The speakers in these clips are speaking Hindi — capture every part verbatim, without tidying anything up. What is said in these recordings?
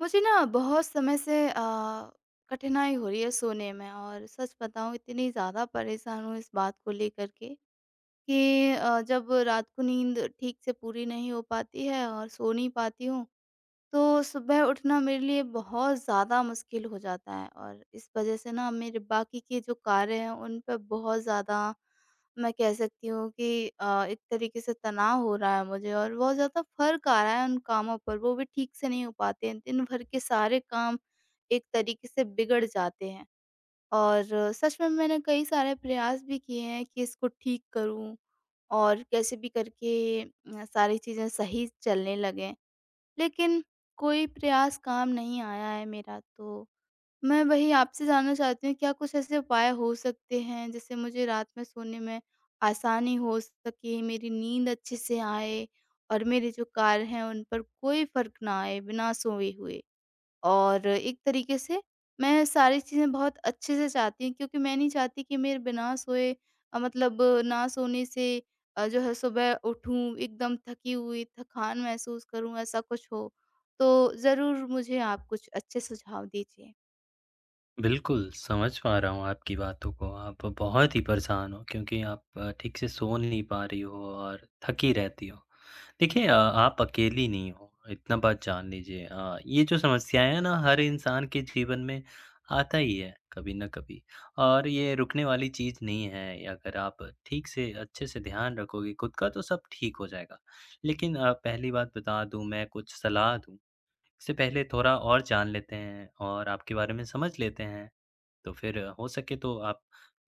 मुझे ना बहुत समय से अ, कठिनाई हो रही है सोने में और सच बताऊँ इतनी ज़्यादा परेशान हूँ इस बात को लेकर के कि अ, जब रात को नींद ठीक से पूरी नहीं हो पाती है और सो नहीं पाती हूँ तो सुबह उठना मेरे लिए बहुत ज़्यादा मुश्किल हो जाता है और इस वजह से ना मेरे बाकी के जो कार्य हैं उन पर बहुत ज़्यादा मैं कह सकती हूँ कि अ, एक तरीके से तनाव हो रहा है मुझे और बहुत ज़्यादा फर्क आ रहा है उन कामों पर वो भी ठीक से नहीं हो पाते हैं। दिन भर के सारे काम एक तरीके से बिगड़ जाते हैं। और सच में मैंने कई सारे प्रयास भी किए हैं कि इसको ठीक करूँ और कैसे भी करके अ, सारी चीज़ें सही चलने लगें, लेकिन कोई प्रयास काम नहीं आया है मेरा। तो मैं वही आपसे जानना चाहती हूँ, क्या कुछ ऐसे उपाय हो सकते हैं जिससे मुझे रात में सोने में आसानी हो सके, मेरी नींद अच्छे से आए और मेरे जो कार्य हैं उन पर कोई फ़र्क ना आए बिना सोए हुए? और एक तरीके से मैं सारी चीज़ें बहुत अच्छे से चाहती हूँ क्योंकि मैं नहीं चाहती कि मेरे बिना सोए अ, मतलब ना सोने से अ, जो है सुबह उठूँ एकदम थकी हुई, थकान महसूस करूँ, ऐसा कुछ हो। तो ज़रूर मुझे आप कुछ अच्छे सुझाव दीजिए। बिल्कुल, समझ पा रहा हूँ आपकी बातों को। आप बहुत ही परेशान हो क्योंकि आप अ, ठीक से सो नहीं पा रही हो और थकी रहती हो। देखिए अ, आप अकेली नहीं हो, इतना बात जान लीजिए। अ, ये जो समस्याएँ हैं ना हर इंसान के जीवन में आता ही है कभी न कभी और ये रुकने वाली चीज़ नहीं है। अगर आप ठीक से अच्छे से ध्यान रखोगे खुद का तो सब ठीक हो जाएगा। लेकिन अ, पहली बात बता दूँ मैं कुछ सलाह दूँ, इससे पहले थोड़ा और जान लेते हैं और आपके बारे में समझ लेते हैं। तो फिर हो सके तो आप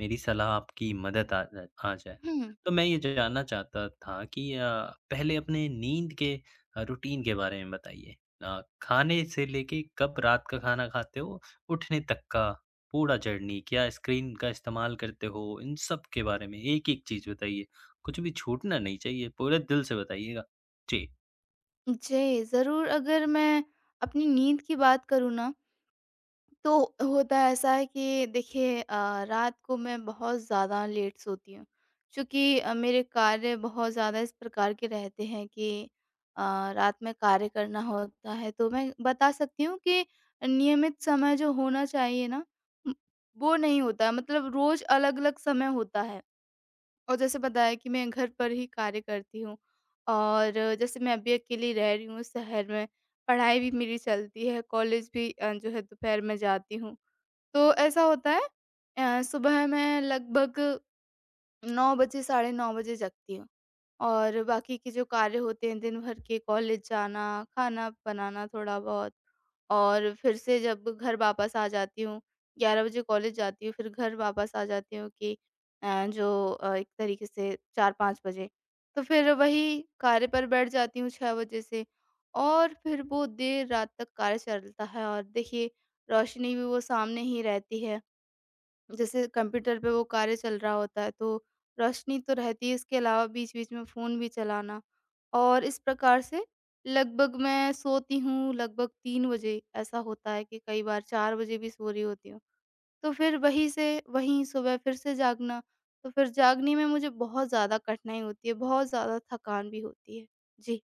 मेरी सलाह आपकी मदद आ जा आ जाए। हुँ। तो मैं ये जानना चाहता था कि अ, पहले अपने नींद के अ, रूटीन के बारे में बताइए। अ, खाने से लेके कब रात का खाना खाते हो, उठने तक का पूरा जर्नी, क्या स्क्रीन का इस्तेमाल करते हो? इन सब के बारे में एक-एक चीज़ बताइए। कुछ भी छूटना नहीं चाहिए, पूरे दिल से बताइएगा। जी। जी, ज़रूर। अगर मैं अपनी नींद की बात करूँ ना, तो होता ऐसा है कि देखिए अ, रात को मैं बहुत ज़्यादा लेट सोती हूँ क्योंकि अ, मेरे कार्य बहुत ज़्यादा इस प्रकार के रहते हैं कि अ, रात में कार्य करना होता है। तो मैं बता सकती हूँ कि नियमित समय जो होना चाहिए ना, म, वो नहीं होता है। मतलब रोज़ अलग-अलग समय होता है और जैसे बताया कि मैं घर पर ही कार्य करती हूँ और जैसे मैं अभी अकेली रह रही हूँ शहर में, पढ़ाई भी मेरी चलती है, कॉलेज भी अ, जो है दोपहर में जाती हूँ। तो ऐसा होता है अ, सुबह मैं लगभग नौ बजे, साढ़े नौ बजे जगती हूँ और बाकी के जो कार्य होते हैं दिन भर के, कॉलेज जाना, खाना बनाना थोड़ा बहुत और फिर से जब घर वापस आ जाती हूँ, ग्यारह बजे कॉलेज जाती हूँ, फिर घर वापस आ जाती हूँ कि अ, जो अ, एक तरीके से चार पाँच बजे। तो फिर वही कार्य पर बैठ जाती हूँ छह बजे से और फिर वो देर रात तक कार्य चलता है और देखिए, रोशनी भी वो सामने ही रहती है। जैसे कंप्यूटर पे वो कार्य चल रहा होता है तो रोशनी तो रहती है, इसके अलावा बीच-बीच में फ़ोन भी चलाना। और इस प्रकार से लगभग मैं सोती हूँ लगभग तीन बजे। ऐसा होता है कि कई बार चार बजे भी सो रही होती हूँ। तो फिर वहीं से वहीं सुबह फिर से जागना, तो फिर जागने में मुझे बहुत ज़्यादा कठिनाई होती है, बहुत ज़्यादा थकान भी होती है। जी।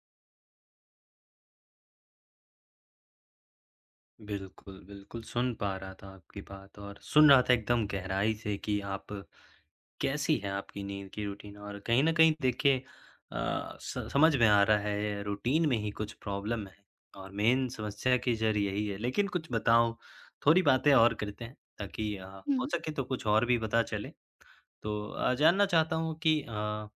बिल्कुल, बिल्कुल सुन पा रहा था आपकी बात और सुन रहा था एकदम गहराई से कि आप कैसी है आपकी नींद की रूटीन? और कहीं न कहीं देखिए अ, स समझ में आ रहा है रूटीन में ही कुछ प्रॉब्लम है और मेन समस्या की जड़ यही है। लेकिन कुछ बताओ, थोड़ी बातें और करते हैं ताकि अ, हो हुँ। सके तो कुछ और भी पता चले। तो अ, जानना चाहता हूँ कि अ,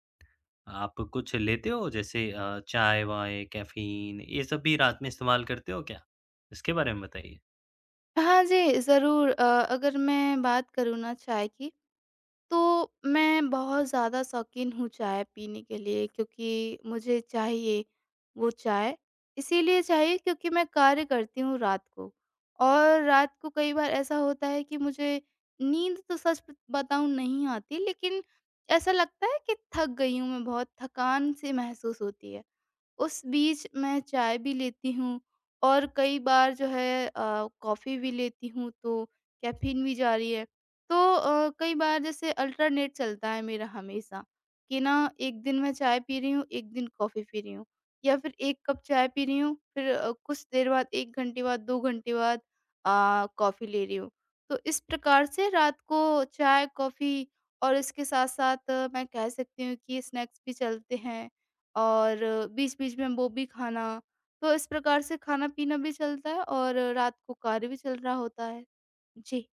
आप कुछ लेते हो जैसे अ, चाय-वाय, कैफ़ीन ये सब भी रात में इस्तेमाल करते हो क्या? इसके बारे में बताइए। हाँ जी, ज़रूर। अ, अगर मैं बात करूँ ना चाय की, तो मैं बहुत ज़्यादा शौकीन हूँ चाय पीने के लिए क्योंकि मुझे चाहिए वो चाय। इसीलिए चाहिए क्योंकि मैं कार्य करती हूँ रात को और रात को कई बार ऐसा होता है कि मुझे नींद तो सच बताऊँ नहीं आती, लेकिन ऐसा लगता है कि थक गई हूँ मैं बहुत, थकान-सी महसूस होती है। उस बीच मैं चाय भी लेती हूँ और कई बार जो है अ, कॉफ़ी भी लेती हूँ, तो कैफ़ीन भी जा रही है। तो अ, कई बार जैसे अल्टरनेट चलता है मेरा हमेशा कि ना, एक दिन मैं चाय पी रही हूँ, एक दिन कॉफ़ी पी रही हूँ या फिर एक कप चाय पी रही हूँ, फिर अ, कुछ देर बाद एक घंटे बाद दो घंटे बाद अ, कॉफ़ी ले रही हूँ। तो इस प्रकार से रात को चाय, कॉफ़ी और इसके साथ-साथ मैं कह सकती हूँ कि स्नैक्स भी चलते हैं और बीच-बीच में वो भी खाना, तो इस प्रकार से खाना-पीना भी चलता है और रात को कार्य भी चल रहा होता है। जी।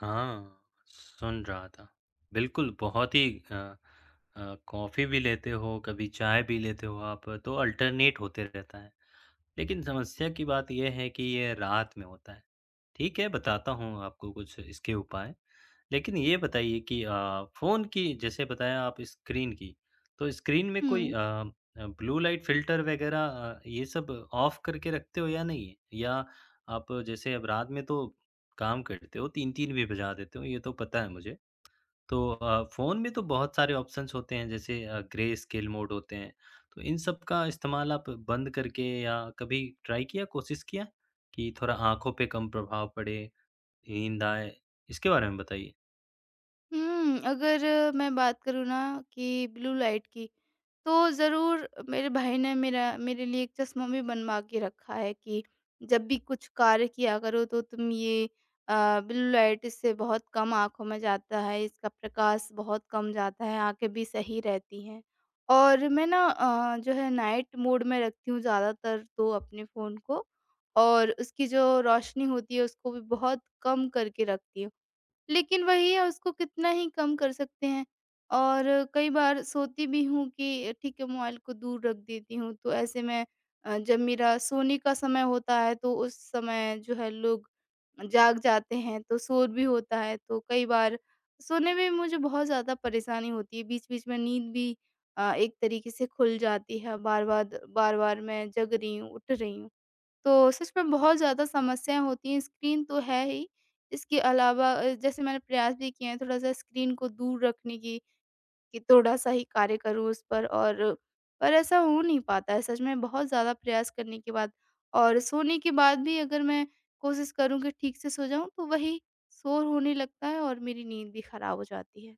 हाँ, सुन रहा था। बिल्कुल, बहुत ही अ अ, कॉफ़ी भी लेते हो, कभी चाय भी लेते हो आप, तो अल्टरनेट होते रहता है। लेकिन समस्या की बात ये है कि ये रात में होता है। ठीक है, बताता हूँ आपको कुछ इसके उपाय। लेकिन ये बताइए कि अ, फ़ोन की जैसे बताया आप स्क्रीन की, तो स्क्रीन में कोई हुँ। अ अ, ब्लू लाइट फ़िल्टर वग़ैरह अ, ये सब ऑफ़ करके रखते हो या नहीं? या आप जैसे अब रात में तो काम करते हो तीन तीन भी बजा देते हो, ये तो पता है मुझे। तो अ, फ़ोन में तो बहुत सारे ऑप्शंस होते हैं जैसे अ, ग्रे स्केल मोड होते हैं। तो इन सब का इस्तेमाल आप बंद करके या कभी ट्राई किया, कोशिश किया? कि थोड़ा आँखों पे कम प्रभाव पड़े, नींद आए, इसके बारे में बताइए। हुँ, अगर मैं बात करूँ ना कि ब्लू लाइट की, तो ज़रूर मेरे भाई ने मेरा मेरे लिए एक चश्मा भी बनवा के रखा है कि जब भी कुछ कार्य किया करो तो तुम ये अ, ब्लू लाइट, इससे बहुत कम आँखों में जाता है, इसका प्रकाश बहुत कम जाता है, आँखें भी सही रहती हैं। और मैं ना अ, जो है नाइट मोड में रखती हूँ ज़्यादातर तो अपने फ़ोन को और उसकी जो रोशनी होती है उसको भी बहुत कम करके रखती हूँ। लेकिन वही है उसको कितना ही कम कर सकते हैं। और कई बार सोती भी हूँ कि ठीक है मोबाइल को दूर रख देती हूँ, तो ऐसे में अ, जब मेरा सोने का समय होता है तो उस समय जो है लोग जाग जाते हैं तो शोर भी होता है, तो कई बार सोने में मुझे बहुत ज़्यादा परेशानी होती है। बीच बीच में नींद भी अ, एक तरीके से खुल जाती है, बार बार बार बार मैं जग रही हूँ उठ रही हूँ। तो सच में बहुत ज़्यादा समस्याएँ होती हैं, स्क्रीन तो है ही, इसके अलावा अ, जैसे मैंने प्रयास भी किए हैं थोड़ा-सा स्क्रीन को दूर रखने की, कि थोड़ा-सा ही कार्य करूँ उस पर, और पर ऐसा हो नहीं पाता है सच में बहुत ज़्यादा प्रयास करने के बाद। और सोने के बाद भी अगर मैं कोशिश करूँ कि ठीक से सो जाऊँ, तो वही शोर होने लगता है और मेरी नींद भी खराब हो जाती है।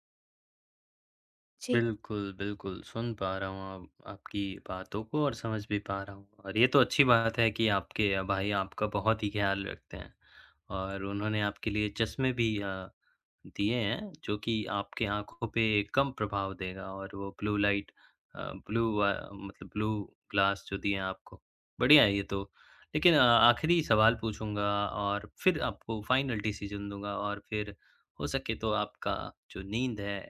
जी। बिल्कुल, बिल्कुल। सुन पा रहा हूँ अब आपकी बातों को और समझ भी पा रहा हूँ और ये तो अच्छी बात है कि आपके अ, भाई आपका बहुत ही ख़्याल रखते हैं और उन्होंने आपके लिए चश्मे भी अ, दिए हैं, जो कि आपकी आँखों पे कम प्रभाव देगा और वो ब्लू लाइट अ, ब्लू अ, मतलब ब्लू ग्लास जो दिए हैं आपको, बढ़िया है ये तो। लेकिन अ, आखिरी सवाल पूछूँगा और फिर आपको फ़ाइनल डिसीज़न दूँगा और फिर हो सके तो आपका जो नींद है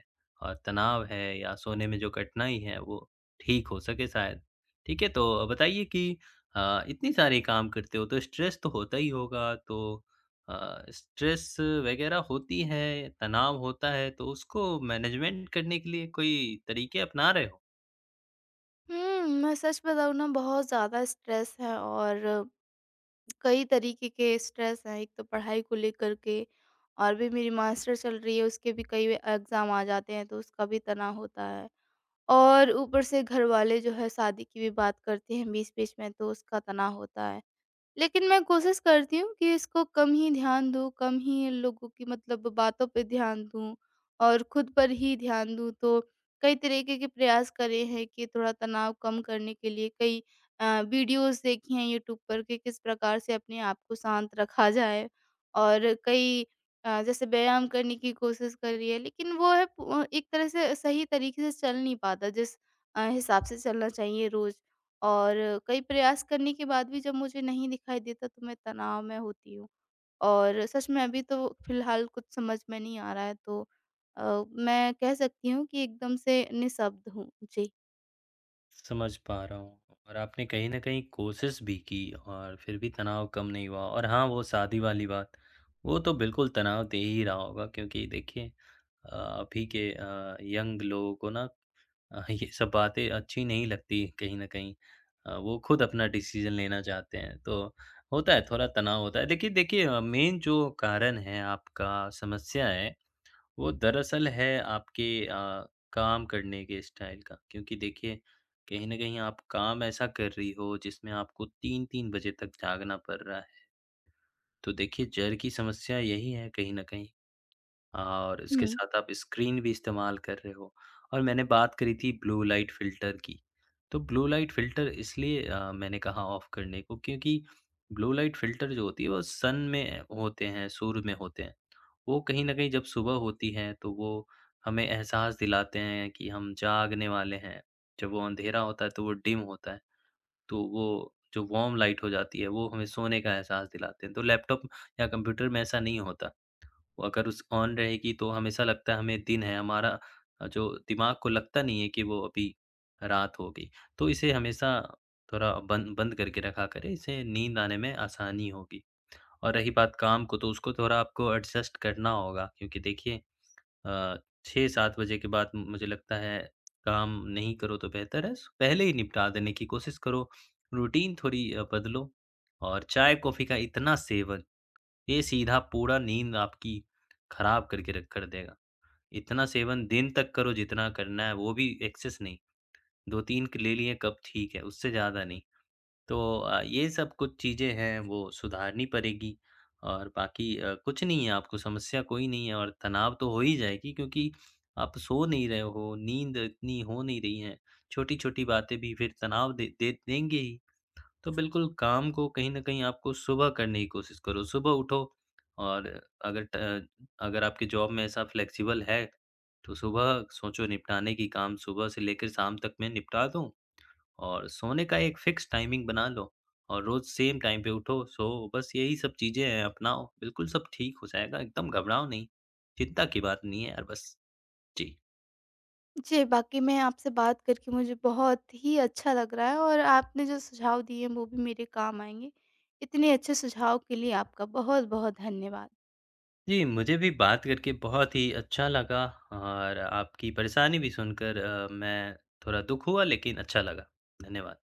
और तनाव है या सोने में जो कठिनाई है वो ठीक हो सके शायद। ठीक है, तो बताइए कि अ, इतनी सारी काम करते हो तो स्ट्रेस तो होता ही होगा तो अ, स्ट्रेस वग़ैरह होती है, तनाव होता है तो उसको मैनेजमेंट करने के लिए कोई तरीके अपना रहे हो? हुँ, मैं सच बताऊँ ना, बहुत ज़्यादा स्ट्रेस है और कई तरीके के स्ट्रेस हैं, एक तो पढ़ाई को लेकर के और भी मेरी मास्टर चल रही है, उसके भी कई एग्ज़ाम आ जाते हैं, तो उसका भी तनाव होता है। और ऊपर से घरवाले जो है शादी की भी बात करते हैं बीच-बीच में, तो उसका तनाव होता है। लेकिन मैं कोशिश करती हूँ कि इसको कम ही ध्यान दूँ, कम ही इन लोगों की मतलब बातों पे ध्यान दूँ और खुद पर ही ध्यान दूँ। तो कई तरीके के प्रयास करे हैं कि थोड़ा तनाव कम करने के लिए, कई अ, वीडियोज़ देखी हैं यूट्यूब पर कि किस प्रकार से अपने आप को शांत रखा जाए और कई अ, जैसे व्यायाम करने की कोशिश करी है। लेकिन वो है पू एक तरह से सही तरीके से चल नहीं पाता जिस अ, हिसाब से चलना चाहिए रोज़। और कई प्रयास करने के बाद भी जब मुझे नहीं दिखाई देता तो मैं तनाव में होती हूँ और सच में अभी तो फिलहाल कुछ समझ में नहीं आ रहा है, तो अ, मैं कह सकती हूँ कि एकदम से निःशब्द हूँ जी। समझ पा रहा हूँ और आपने कहीं न कहीं कोशिश भी की और फिर भी तनाव कम नहीं हुआ और हाँ, वो शादी वाली बात, वो तो बिल्कुल तनाव दे ही रहा होगा क्योंकि देखिए अ, अभी के अ, यंग लोगों को ना अ, ये सब बातें अच्छी नहीं लगती कहीं न कहीं। अ, वो खुद अपना डिसीज़न लेना चाहते हैं, तो होता है थोड़ा तनाव होता है। देखिए देखिए अ, मेन जो कारण है आपका समस्या है वो दरअसल है आपके अ, काम करने के स्टाइल का क्योंकि देखिए कहीं न कहीं आप काम ऐसा कर रही हो जिसमें आपको तीन तीन बजे तक जागना पड़ रहा है। तो देखिए जर की समस्या यही है कहीं न कहीं। हाँ, और उसके हम्म। साथ आप स्क्रीन भी इस्तेमाल कर रहे हो और मैंने बात करी थी ब्लू लाइट फ़िल्टर की। तो ब्लू लाइट फ़िल्टर इसलिए अ, मैंने कहा ऑफ़ करने को क्योंकि ब्लू लाइट फ़िल्टर जो होती है वो सन में होते हैं, सूर्य में होते हैं। वो कहीं न कहीं जब सुबह होती है तो वो हमें एहसास दिलाते हैं कि हम जागने वाले हैं। जब वो अँधेरा होता है तो वो डिम होता है, तो वो जो वार्म लाइट हो जाती है वो हमें सोने का एहसास दिलाते हैं। तो लैपटॉप या कंप्यूटर में ऐसा नहीं होता। वो अगर उस ऑन रहेगी तो हमेशा लगता है हमें दिन है, हमारा अ, जो दिमाग को लगता नहीं है कि वो अभी रात हो गई। तो इसे हमेशा थोड़ा बंद बंद करके रखा करें, इससे नींद आने में आसानी होगी। और रही बात काम को, तो उसको थोड़ा आपको एडजस्ट करना होगा क्योंकि देखिए अ, छह सात बजे के बाद मुझे लगता है काम नहीं करो तो बेहतर है, पहले ही निपटा देने की कोशिश करो, रूटीन थोड़ी अ, बदलो और चाय-कॉफ़ी का इतना सेवन ये सीधा पूरा नींद आपकी खराब करके रख कर देगा। इतना सेवन दिन तक करो जितना करना है, वो भी एक्सेस नहीं। दो तीन क ले लिए कप ठीक है, उससे ज़्यादा नहीं। तो अ, ये सब कुछ चीज़ें हैं वो सुधारनी पड़ेगी और बाकी अ, कुछ नहीं है आपको समस्या कोई नहीं है और तनाव तो हो ही जाएगी क्योंकि आप सो नहीं रहे हो, नींद इतनी हो नहीं रही है। छोटी-छोटी बातें भी फिर तनाव दे दे देंगे ही। तो बिल्कुल काम को कहीं न कहीं आपको सुबह करने की कोशिश करो। सुबह उठो और अगर ट अगर आपके जॉब में ऐसा फ्लेक्सिबल है, तो सुबह सोचो निपटाने की काम सुबह से लेकर शाम तक मैं निपटा दूँ और सोने का एक फ़िक्स टाइमिंग बना लो और रोज़ सेम टाइम पे उठो, सो बस यही सब चीज़ें हैं अपनाओ, बिल्कुल सब ठीक हो जाएगा, एकदम घबराओ नहीं। चिंता की बात नहीं है यार बस। जी। जी, बाकी मैं आपसे बात करके मुझे बहुत ही अच्छा लग रहा है और आपने जो सुझाव दिए वो भी मेरे काम आएंगे। इतने अच्छे सुझाव के लिए आपका बहुत बहुत धन्यवाद। जी, मुझे भी बात करके बहुत ही अच्छा लगा और आपकी परेशानी भी सुनकर अ, मैं थोड़ा दुःख हुआ लेकिन अच्छा लगा। धन्यवाद।